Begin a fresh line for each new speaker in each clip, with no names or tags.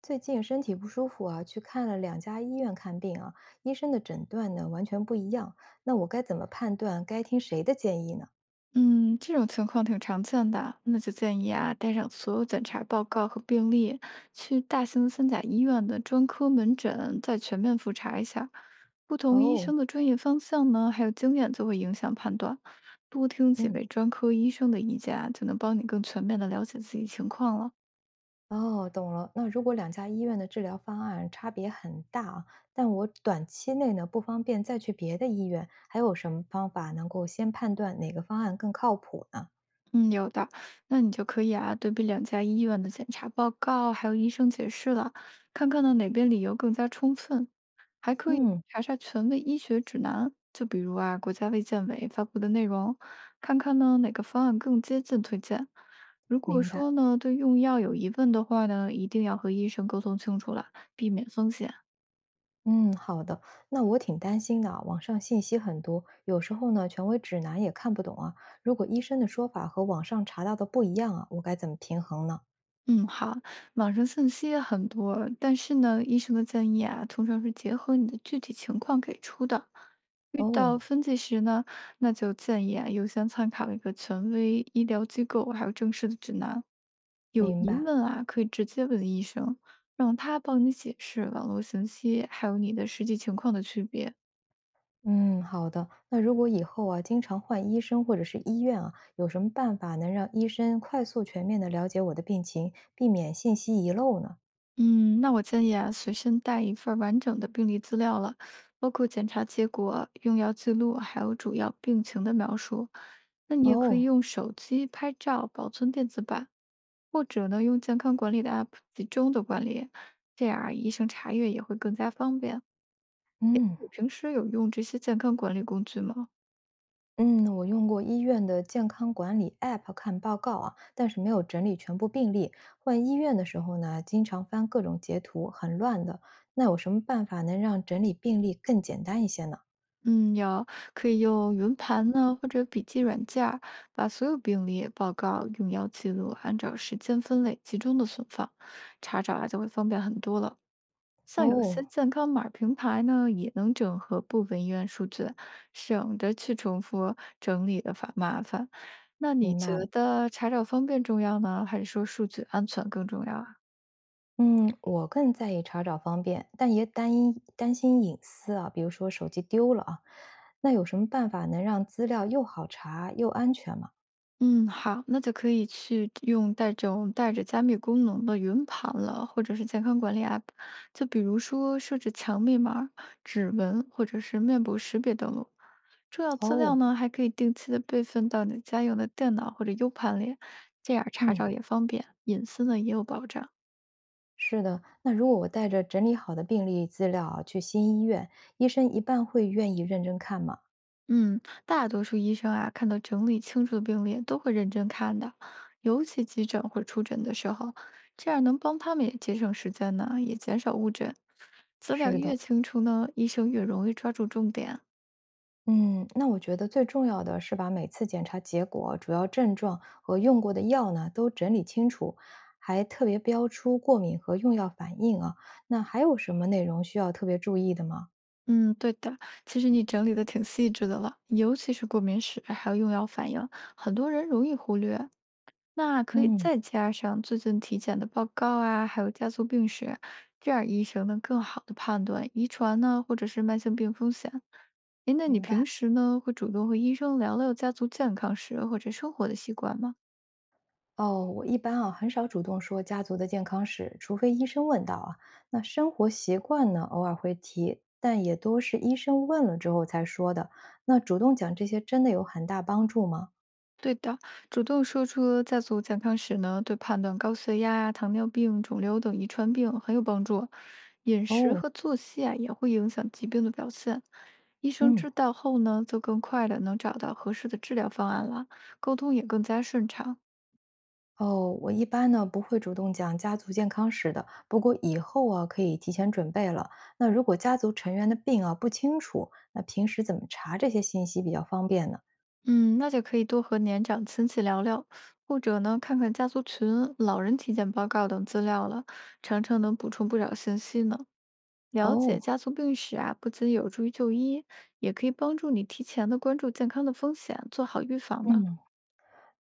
最近身体不舒服啊，去看了两家医院看病啊，医生的诊断呢完全不一样。那我该怎么判断该听谁的建议呢？
嗯，这种情况挺常见的，那就建议啊，带上所有检查报告和病历，去大型三甲医院的专科门诊再全面复查一下。不同医
哦。
生的专业方向呢，还有经验就会影响判断。多听几
嗯。
位专科医生的意见啊，就能帮你更全面的了解自己情况了。
哦，懂了。那如果两家医院的治疗方案差别很大啊，但我短期内呢不方便再去别的医院，还有什么方法能够先判断哪个方案更靠谱呢？
嗯，有的，那你就可以啊，对比两家医院的检查报告，还有医生解释了，看看呢哪边理由更加充分。还可以
嗯，
查查权威医学指南，就比如啊，国家卫健委发布的内容，看看呢哪个方案更接近推荐。如果
明白。
说呢对用药有疑问的话呢，一定要和医生沟通清楚了，避免风险。
嗯，好的。那我挺担心的啊，网上信息很多，有时候呢，权威指南也看不懂啊。如果医生的说法和网上查到的不一样啊，我该怎么平衡呢？
嗯，好，网上信息也很多，但是呢，医生的建议啊，通常是结合你的具体情况给出的。遇到
哦，
分歧时呢，那就建议啊，优先参考一个权威医疗机构还有正式的指南。有
明
疑
白。
问啊，可以直接问医生，让他帮你解释网络信息还有你的实际情况的区别。
嗯，好的。那如果以后啊，经常换医生或者是医院啊，有什么办法能让医生快速全面的了解我的病情，避免信息遗漏呢？
嗯，那我建议啊，随身带一份儿完整的病历资料了，包括检查结果、用药记录，还有主要病情的描述。那你也可以
哦。
用手机拍照保存电子版，或者呢用健康管理的 App 集中的管理，这样啊医生查阅也会更加方便。
嗯。
你平时有用这些健康管理工具吗？
嗯，我用过医院的健康管理 App 看报告啊，但是没有整理全部病例。换医院的时候呢，经常翻各种截图，很乱的。那有什么办法能让整理病例更简单一些呢？
嗯，有，可以用云盘呢，或者笔记软件儿，把所有病例、报告、用药记录按照时间分类集中的存放，查找啊就会方便很多了。像有些
哦，
健康码儿平台呢，也能整合部分医院数据，省得去重复整理的烦麻烦。那你
明
觉
白了。
得查找方便重要呢，还是说数据安全更重要啊？
嗯，我更在意查找方便，但也担心隐私啊，比如说手机丢了啊。那有什么办法能让资料又好查又安全吗？
嗯，好，那就可以去用带这种带着加密功能的云盘了，或者是健康管理 App，就比如说设置强密码、指纹或者是面部识别登录。重要资料
哦。
呢，还可以定期的备份到你家用的电脑或者 U 盘里，这样查
嗯。
找也方便，隐私呢也有保障。
是的，那如果我带着整理好的病历资料啊去新医院，医生一般会愿意认真看吗？
嗯，大多数医生啊，看到整理清楚的病历都会认真看的，尤其急诊或出诊的时候，这样能帮他们也节省时间呢，也减少误诊。资料
是
越
的。
清楚呢，医生越容易抓住重点。
嗯，那我觉得最重要的是把每次检查结果、主要症状和用过的药呢都整理清楚，还特别标出过敏和用药反应啊。那还有什么内容需要特别注意的吗？
嗯，对的，其实你整理的挺细致的了，尤其是过敏史还有用药反应，很多人容易忽略。那可以
嗯，
再加上最近体检的报告啊，还有家族病史，这样医生能更好的判断遗传呢，或者是慢性病风险。诶，那你
明白。
平时呢会主动和医生聊聊家族健康史或者生活的习惯吗？
哦，我一般啊很少主动说家族的健康史，除非医生问到啊。那生活习惯呢，偶尔会提，但也都是医生问了之后才说的。那主动讲这些真的有很大帮助吗？
对的，主动说出家族健康史呢，对判断高血压啊糖尿病、肿瘤等遗传病很有帮助。饮食
哦。
和作息啊，也会影响疾病的表现。医生
嗯。
知道后呢，就更快的能找到合适的治疗方案了，沟通也更加顺畅。
哦，我一般呢不会主动讲家族健康史的，不过以后啊可以提前准备了。那如果家族成员的病啊不清楚，那平时怎么查这些信息比较方便呢？
嗯，那就可以多和年长亲戚聊聊，或者呢，看看家族群、老人体检报告等资料了，常常能补充不少信息呢。了解
哦。
家族病史啊，不仅有助于就医，也可以帮助你提前的关注健康的风险，做好预防呢。
嗯。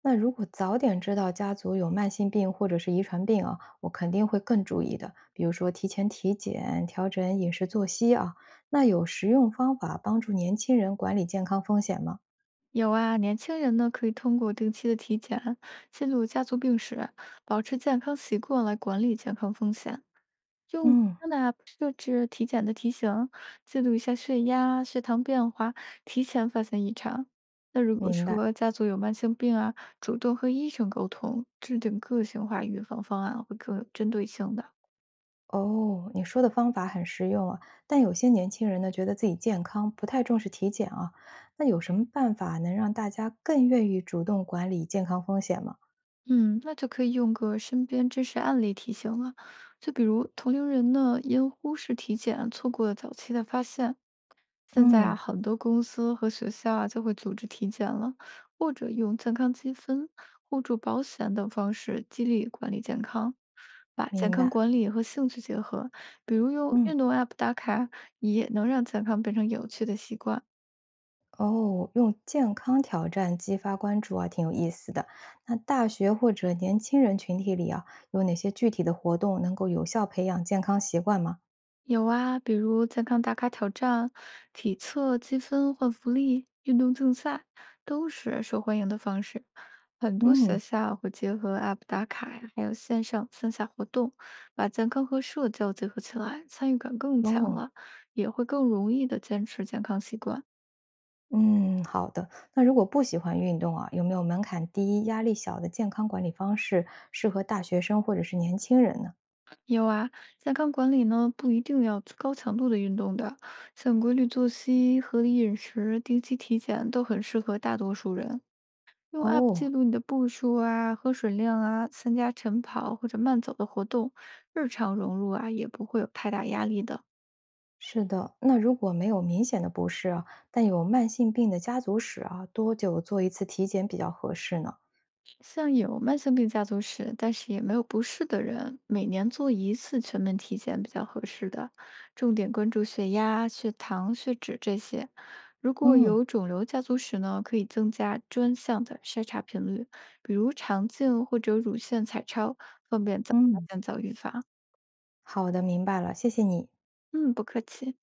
那如果早点知道家族有慢性病或者是遗传病啊，我肯定会更注意的。比如说提前体检、调整饮食作息啊。那有实用方法帮助年轻人管理健康风险吗？
有啊，年轻人呢可以通过定期的体检、记录家族病史、保持健康习惯来管理健康风险。用健
嗯，
康的 app 设置体检的提醒，记录一下血压、血糖变化，提前发现异常。那如果
明白。
说家族有慢性病啊，主动和医生沟通，制定个性化预防方案会更有针对性的。
哦，你说的方法很实用啊，但有些年轻人呢，觉得自己健康，不太重视体检啊。那有什么办法能让大家更愿意主动管理健康风险吗？
嗯，那就可以用个身边真实案例提醒了，就比如同龄人呢，因忽视体检错过了早期的发现，现在啊，
嗯，
很多公司和学校啊就会组织体检了，或者用健康积分、互助保险等方式激励管理健康，把健
明
康
白。
管理和兴趣结合，比如用
嗯。
运动 App 打卡，也能让健康变成有趣的习惯。
哦，用健康挑战激发关注啊，挺有意思的。那大学或者年轻人群体里啊，有哪些具体的活动能够有效培养健康习惯吗？
有啊，比如健康打卡挑战、体测积分换福利、运动竞赛，都是受欢迎的方式。很多学
嗯。
校会结合 App 打卡呀，还有线上线下活动，把健康和社交结合起来，参与感更强
哦。
了，也会更容易的坚持健康习惯。
嗯，好的。那如果不喜欢运动啊，有没有门槛低、压力小的健康管理方式适合大学生或者是年轻人呢？
有啊，健康管理呢不一定要高强度的运动的，像规律作息、合理饮食、定期体检都很适合大多数人。用 App 记
哦，
录你的步数啊、喝水量啊、参加晨跑或者慢走的活动，日常融入啊也不会有太大压力的。
是的。那如果没有明显的不适啊，但有慢性病的家族史啊，多久做一次体检比较合适呢？
像有慢性病家族史，但是也没有不适的人，每年做一次全面体检比较合适的，重点关注血压、血糖、血脂这些。如果
嗯
有肿瘤家族史呢，可以增加专项的筛查频率，比如肠镜或者乳腺彩超，方便早发
嗯。
现、早预防。
好的，明白了，谢谢你。
嗯，不客气。